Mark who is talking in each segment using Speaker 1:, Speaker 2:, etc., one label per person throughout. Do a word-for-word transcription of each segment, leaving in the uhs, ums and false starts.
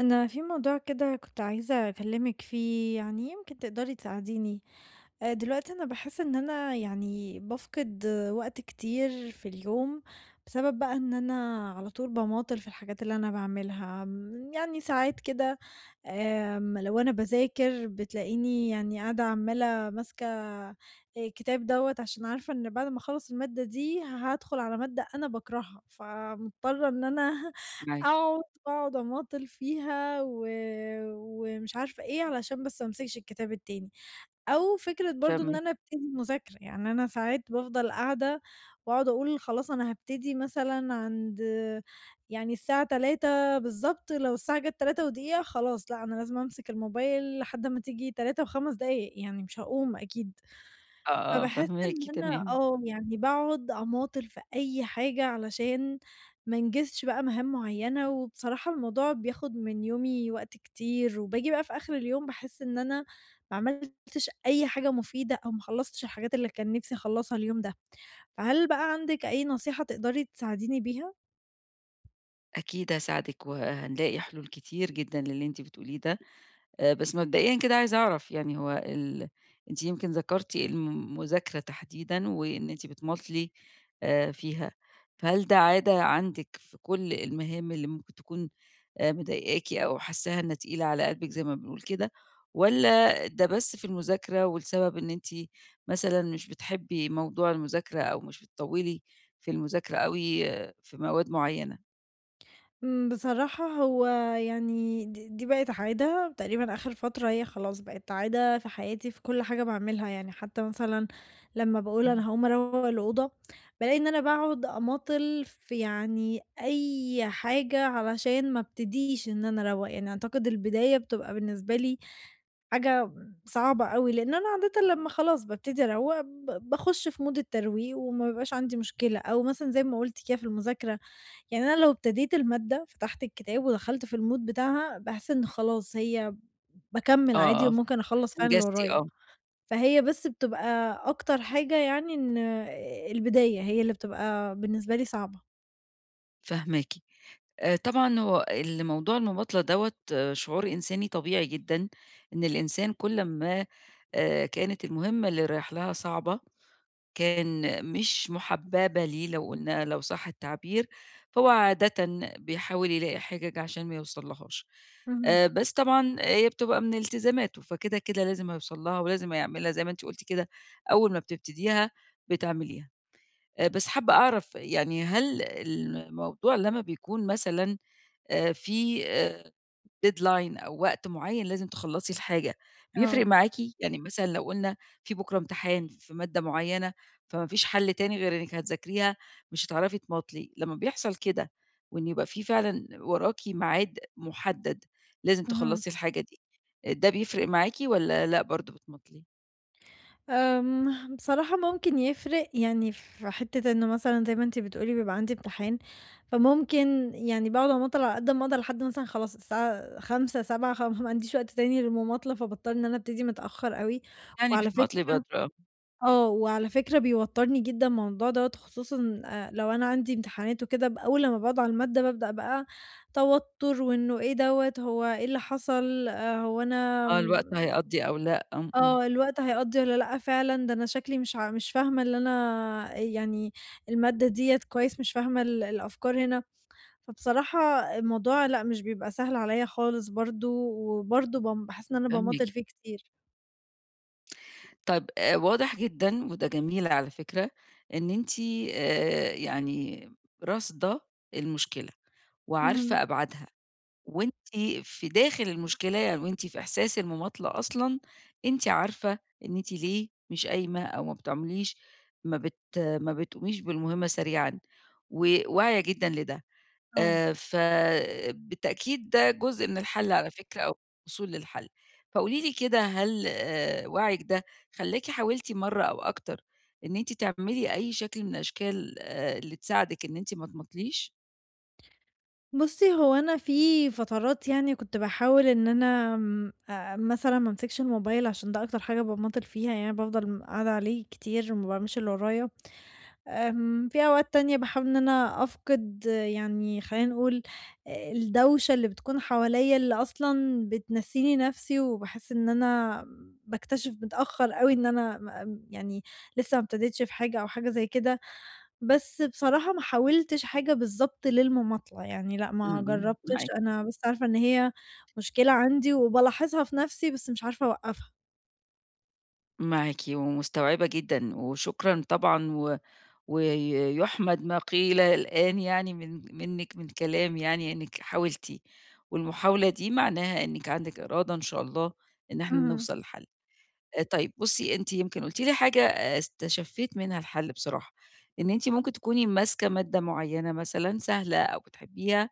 Speaker 1: أنا في موضوع كده كنت عايزة أكلمِك فيه، يعني يمكن تقدري تساعديني. آآ دلوقتي أنا باحس إن أنا يعني بافقد وقت كتير في اليوم، بسبب بقى إن أنا على طول باماطل في الحاجات اللي أنا باعملها. م يعني ساعات كده. آمم لو أنا باذاكر بتلاقيني يعني قاعدة عمّالة ماسكة الكتاب دوّة، عشان عارفة إن بعد ما أخلّص المادة دي هادخل على مادة أنا باكرهها، فمضطرة إن أنا
Speaker 2: معاكِ،
Speaker 1: أقعد وأقعد أماطل فيها و ومش عارفة إيه، علشان بس ما أمسكش الكتاب التاني، أو فكرة برضه إن
Speaker 2: فاهماكِ،
Speaker 1: أنا أبتدي مذاكرة، يعني أنا ساعات بافضل قاعدة وأقعد أقول خلاص أنا هابتدي مثلًا عند يعني الساعة تلاتة بالضبط، لو الساعة جات تلاتة ودقيقة خلاص لأ، أنا لازم أمسك الموبايل لحد أمّا تيجي الثالثة وخمس دقايق يعني مش هاقوم أكيد.
Speaker 2: آه، آه،
Speaker 1: فباحس
Speaker 2: فاهماكِ،
Speaker 1: إن أنا
Speaker 2: تمام.
Speaker 1: آه، يعني باقعد أماطل في أي حاجة علشان ما أنجزش بقى مهام معيّنة، وبصراحة الموضوع بياخد من يومي وقت كتير، وباجي بقى في آخر اليوم باحس إن أنا ما عملتش أي حاجة مفيدة أو ما خلّصتش الحاجات اللي كان نفسي أخلّصها اليوم ده، فهل بقى عندِك أي نصيحة تقدري تساعديني بيها؟
Speaker 2: أكيد هاساعدِك وهنلاقي حلول كتير جدًا للي أنتِ بتقوليه ده، آآ، بس مبدئيًا كده عايزة أعرف يعني هو ال أنتِ يمكن ذكرتِ المذاكرة تحديدًا، وإن أنتِ بتماطلي آآ، فيها، فهل ده عادة عندِك في كل المهام اللي ممكن تكون آآ، مضايقاكِ أو حاساها إنها تقيلة على قلبِك زي ما بنقول كده، والّا ده بس في المذاكرة والسبب إن أنتِ مثلًا مش بتحبي موضوع المذاكرة أو مش بتطوّلي في المذاكرة أوي آه، في مواد معينة؟
Speaker 1: إمم، بصراحة هو يعني د دي بقت عادة تقريبًا آخر فترة هي خلاص بقت عادة في حياتي في كل حاجة باعملها، يعني حتى مثلًا لمّا باقول
Speaker 2: إمم،
Speaker 1: أنا هاقوم أروّق الأوضة، بالاقي إن أنا باقعد أماطل في يعني أي حاجة علشان ما ابتديش إن أنا أروّق، يعني أعتقد البداية بتبقى بالنسبة لي حاجة صعبة أوي، لإن أنا عادةً لمّا خلاص بابتدي أروّق ب باخُش في مود الترويق وما بيبقاش عندي مشكلة، أو مثلًا زي ما قُلتِ كده في المذاكرة يعني أنا لو ابتديت المادة، فتحت الكتاب ودخلت في الmood بتاعها، باحس إن خلاص هي باكمّل
Speaker 2: آه،
Speaker 1: عادي
Speaker 2: آه،
Speaker 1: وممكن أخلّص فعلًا اللي
Speaker 2: أنجزتِ،
Speaker 1: ورايا.
Speaker 2: آه،
Speaker 1: فهي بس بتبقى أكتر حاجة يعني إن البداية هي اللي بتبقى بالنسبة لي صعبة.
Speaker 2: فاهماكِ. آآ طبعًا هو ال موضوع المماطلة دوّة آه، شعور إنساني طبيعي جدًا، إن الإنسان كل ما آآ كانت المهمة اللي رايح لها صعبة، كان مش محبّبة ليه لو قُلنا لو صح التعبير، فهو عادةً بيحاول يلاقي حِجَج عشان ما يوصل لهاش.
Speaker 1: اهم،
Speaker 2: آآ بس طبعًا هي بتبقى من التزاماته، فكده، كده لازم هيوصل لها ولازم هيعملها زي ما أنتِ قُلتِ كده، أول ما بتبتديها بتعمليها. آآ بس حابّة أعرف يعني هل الموضوع لمّا بيكون مثلًا آآ في آآ deadline أو وقت معيّن لازم تخلّصي الحاجة،
Speaker 1: آه،
Speaker 2: بيفرق معاكِ؟ يعني مثلًا لو قُلنا في بكرة امتحان في مادة معيّنة، فما فيش حل تاني غير إنِّك هتذاكريها، مش هتعرفي تماطلي، لمّا بيحصل كده وإن يبقى في فعلًا وراكِ ميعاد محدد لازم
Speaker 1: اهم.
Speaker 2: تخلّصي الحاجة دي، آه، ده بيفرق معاكِ والّا لأ برضه بتماطلي؟
Speaker 1: آمم، بصراحة ممكن يفرق يعني في حتّة إنه مثلًا زي ما أنتِ بتقولي بيبقى عندي امتحان، فممكن يعني باقعد أماطل على قد ما أقدر لحد مثلًا خلاص الساعة خمسة، سبعة خ ما عنديش وقت تاني للمماطلة، فباضطر إن أنا أبتدي متأخر أوي،
Speaker 2: يعني
Speaker 1: وعلى
Speaker 2: بتماطلي
Speaker 1: فكرة
Speaker 2: بدري آه،
Speaker 1: آه، وعلى فكرة بيوتّرني جدًا الموضوع دوّة خصوصًا آآ، لو أنا عندي امتحانات وكده ب أول لمّا باقعد على المادة بابدأ بقى توتُّر وإنه إيه دوّة، هو إيه اللي حصل، آآ، هو أنا.
Speaker 2: آه الوقت هيقضّي أو لأ، إمم، إمم،
Speaker 1: آه، الوقت هيقضّي والّا لأ فعلًا، ده أنا شكلي مش ع مش فاهمة اللي أنا يعني المادة ديّة كويس، مش فاهمة ال الأفكار هنا، فبصراحة الموضوع لأ مش بيبقى سهل عليَّ خالص برضه، وبرضه بام باحس إن أنا
Speaker 2: فاهماكِ.
Speaker 1: باماطل فيه كتير.
Speaker 2: طيب آآ واضح جدًا وده جميل على فكرة، إن أنتِ آآ يعني راصدة المشكلة
Speaker 1: اهم،
Speaker 2: وعارفة أبعادها، وأنتِ في داخل المشكلة يعني وأنتِ في إحساس المماطلة أصلًا، أنتِ عارفة إن أنتِ ليه مش قايمة أو ما بتعمليش ما بت ما بتقوميش بالمهمة سريعًا، وواعية جدًا لده.
Speaker 1: آه.
Speaker 2: آآ، فبالتأكيد ده جزء من الحل على فكرة أو الوصول للحل. فقولي لي كده هل آآ، وعيِك ده خلّاكِ حاولتِ مرّة أو أكتر إن أنتِ تعملي أي شكل من الأشكال آآ، اللي تساعدِك إن أنتِ ما تماطليش؟
Speaker 1: بُصّي، هو أنا في فترات يعني كنت باحاول إن أنا م آآ، مثلًا ما أمسكش الموبايل عشان ده أكتر حاجة باماطل فيها، يعني بافضل م قاعدة عليه كتير وما باعملش اللي ورايا. آمم، في أوقات تانية باحاول إن أنا أفقد آه، يعني خلّينا نقول آآ، الدوشة اللي بتكون حواليّا اللي أصلًا بتنسيني نفسي، وباحس إن أنا باكتشف متأخر أوي إن أنا م يعني لسه ما ابتديتش في حاجة أو حاجة زي كده، بس بصراحة ما حاولتش حاجة بالضبط للمماطلة، يعني لأ
Speaker 2: إمم،
Speaker 1: ما
Speaker 2: إمم،
Speaker 1: جرّبتش،
Speaker 2: معاكِ،
Speaker 1: أنا بس عارفة إن هي مشكلة عندي وبالاحظها في نفسي بس مش عارفة أوقّفها.
Speaker 2: معاكِ ومستوعبة جدًا، وشكرًا طبعًا و ويُحمد ما قيل الآن يعني من منِّك من كلام يعني إنِّك حاولتِ، والمحاولة دي معناها إنِّك عندِك إرادة إن شاء الله إن إحنا
Speaker 1: اهم،
Speaker 2: نوصل لحل. آآ طيب بُصّي، أنتِ يمكن قُلتِ لي حاجة آآ استشفيت منها الحل بصراحة، إن أنتِ ممكن تكوني ماسكة مادة معيّنة مثلًا سهلة أو بتحبيها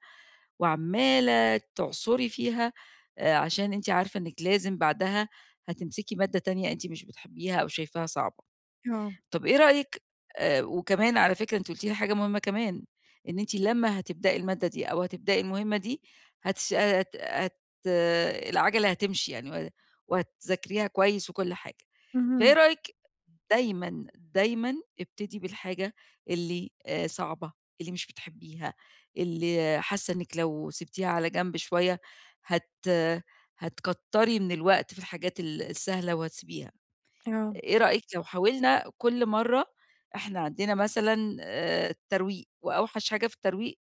Speaker 2: وعمّالة تعصري فيها آآ عشان أنتِ عارفة إنِّك لازم بعدها هتمسكي مادة تانية أنتِ مش بتحبيها أو شايفاها صعبة.
Speaker 1: آه،
Speaker 2: طب إيه رأيِك آآ وكمان على فكرة أنتِ قُلتِ لي حاجة مهمة كمان، إن أنتِ لمّا هتبدئي المادة دي أو هتبدئي المهمة دي هتش هت هت العَجَلة هتمشي يعني و وهتذاكريها كويس وكل حاجة. فإيه
Speaker 1: اهم،
Speaker 2: رأيِك دايمًا، دايمًا ابتدي بالحاجة اللي آآ صعبة، اللي مش بتحبّيها، اللي حاسّة إنِّك لو سِبتيها على جنب شوية هت هتكتّري من الوقت في الحاجات ال السهلة وهتسيبيها.
Speaker 1: آه،
Speaker 2: إيه رأيِك لو حاولنا كل مرّة إحنا عندنا مثلًا آآ ترويق، وأوحش حاجة في الترويق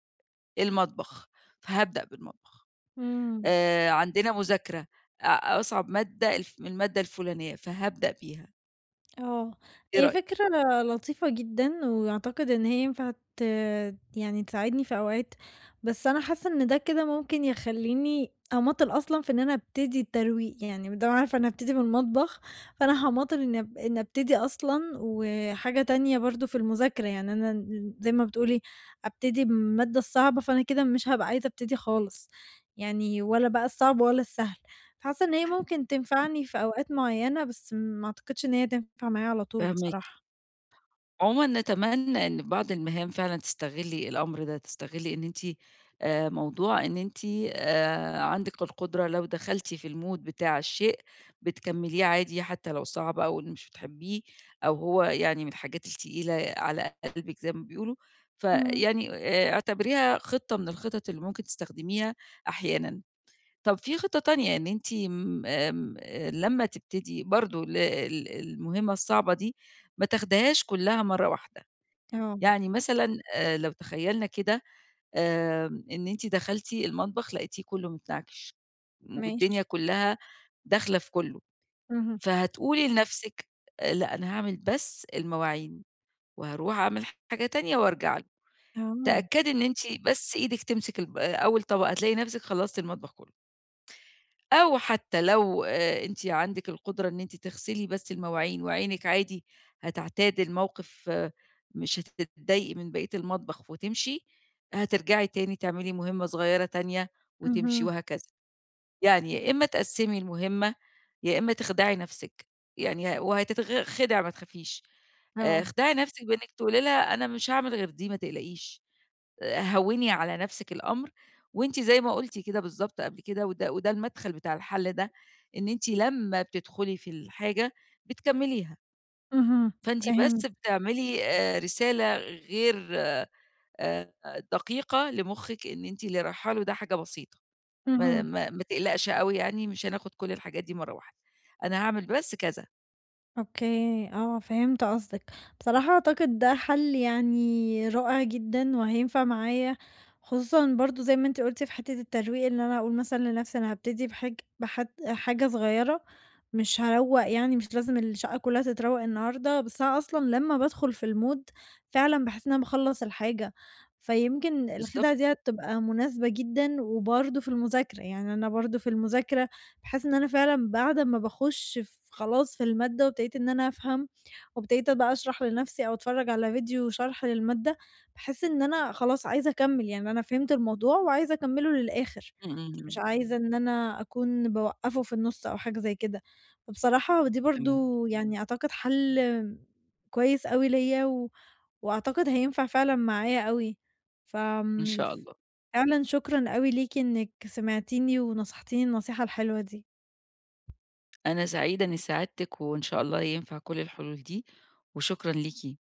Speaker 2: المطبخ، فهابدأ بالمطبخ.
Speaker 1: إمم.
Speaker 2: آآ عندنا مذاكرة، أ أصعب مادة الف المادة الفلانية، فهابدأ بيها.
Speaker 1: آه،
Speaker 2: إيه
Speaker 1: هي
Speaker 2: رأيِك؟
Speaker 1: فكرة لطيفة جدًا، وأعتقد إن هي ينفع ت يعني تساعدني في أوقات، بس أنا حاسة إن ده كده ممكن يخلّيني أماطل أصلًا في إن أنا أبتدي الترويق، يعني ما دام عارفة إن هابتدي من المطبخ، فأنا هاماطل إن أب إن أبتدي أصلًا، وحاجة تانية برضه في المذاكرة، يعني أنا ن زي ما بتقولي أبتدي بالمادة الصعبة، فأنا كده مش هابقى عايزة أبتدي خالص، يعني ولا بقى الصعب ولا السهل. حاسة إن هي ممكن تنفعني في أوقات معيّنة، بس ما أعتقدش إن هي تنفع معايا على طول
Speaker 2: فاهماكِ.
Speaker 1: بصراحة.
Speaker 2: عمومًا نتمنى إن في بعض المهام فعلًا تستغلّي الأمر ده، تستغلّي إن أنتِ آآ موضوع إن أنتِ آآ عندِك القدرة لو دخلتِ في الmood بتاع الشيء بتكمّليه عادي حتى لو صعب أو إن مش بتحبيه أو هو يعني من الحاجات التقيلة على قلبِك زي ما بيقولوا،
Speaker 1: اهم.
Speaker 2: فيعني آآ اعتبريها خطة من الخطط اللي ممكن تستخدميها أحيانًا. طب في خطة تانية إن أنتِ م آمم، آآ، لمّا تبتدي برضه ال ال المهمة الصعبة دي ما تاخديهاش كلّها مرّة واحدة،
Speaker 1: آه.
Speaker 2: يعني مثلًا آآ، لو تخيّلنا كده آمم، إن أنتِ دخلتِ المطبخ لقيتيه كلّه متنعكش، والدنيا
Speaker 1: ماشي.
Speaker 2: كلّها داخلة في كلّه،
Speaker 1: اهم.
Speaker 2: فهتقولي لنفسِك آآ، لأ أنا هاعمل بس المواعين، وهاروح أعمل حاجة تانية وارجع له،
Speaker 1: آه.
Speaker 2: تأكدي إن أنتِ بس إيدِك تمسك الب أول طبق هتلاقي نفسِك خلّصتِ المطبخ كلّه. أو حتى لو آآ أنتِ عندِك القدرة إن أنتِ تغسلي بس المواعين وعينِك عادي هتعتاد الموقف آه، مش هتتضايقي من بقية المطبخ وتمشي، هترجعي تاني تعملي مهمة صغيرة تانية وتمشي
Speaker 1: اهم.
Speaker 2: وهكذا. يعني يا إمّا تقسّمي المهمة، يا إمّا تخدعي نَفْسِك، يعني وهتتغ خدع ما تخافيش. آآ،
Speaker 1: آه.
Speaker 2: اخدعي نَفْسِك بإنِّك تقولي لها أنا مش هاعمل غير دي ما تقلقيش. هوّني على نفسِك الأمر، وأنتِ زي ما قُلتِ كده بالضبط قبل كده وده وده المدخل بتاع الحل ده، إن أنتِ لمّا بتدخلي في الحاجة بتكمّليها،
Speaker 1: اهم.
Speaker 2: فأنتِ بس
Speaker 1: فهمت.
Speaker 2: بتعملي آآ رسالة غير آآ دقيقة لمُخِّك إن أنتِ اللي رايحة له ده حاجة بسيطة، ما
Speaker 1: اهم.
Speaker 2: ما ما تقلقش أوي يعني مش هناخد كل الحاجات دي مرّة واحدة، أنا هاعمل بس كذا،
Speaker 1: أوكي، آه، فهمت قصدك. بصراحة أعتقد ده حل يعني رائع جدًا وهينفع معايا، خصوصًا برضه زي ما أنتِ قُلتِ في حتّة الترويق، إن أنا أقول مثلًا لنفسي أنا هابتدي بحاج بحد حاجة صغيّرة، مش هاروّق يعني مش لازم الشقة كلّها تتروّق النهارده، بس أنا أصلًا لمّا بادخل في الmood فعلًا باحس إن أنا باخلّص الحاجة، فيمكن
Speaker 2: بالضبط.
Speaker 1: الخدعة دي هتبقى مناسبة جدًا وبرضه في المذاكرة، يعني أنا برضه في المذاكرة باحس إن أنا فعلًا بعد ما باخُش ف خلاص في المادة وابتديت إن أنا أفهم، وابتديت بقى أشرح لنَفْسي أو أتفرّج على فيديو شرح للمادة، باحس إن أنا خلاص عايزة أكمّل، يعني أنا فهمت الموضوع وعايزة أكمّله للآخِر،
Speaker 2: إمم، إمم، إمم،
Speaker 1: مش عايزة إن أنا أكون باوقّفه في النُص أو حاجة زي كده. فبصراحة دي
Speaker 2: فاهماكِ.
Speaker 1: برضه يعني أعتقد حَل كويس أوي ليّا و وأعتقد هينفع فعلًا معايا أوي.
Speaker 2: إن
Speaker 1: فآمم،
Speaker 2: شاء
Speaker 1: ف
Speaker 2: الله،
Speaker 1: فعلًا شكرًا أوي ليكِ إنِّك سمعتيني ونصحتيني النصيحة الحلوة دي.
Speaker 2: أنا سعيدة إني ساعدتِك وإن شاء الله ينفع كل الحلول دي، وشكرًا ليكِ.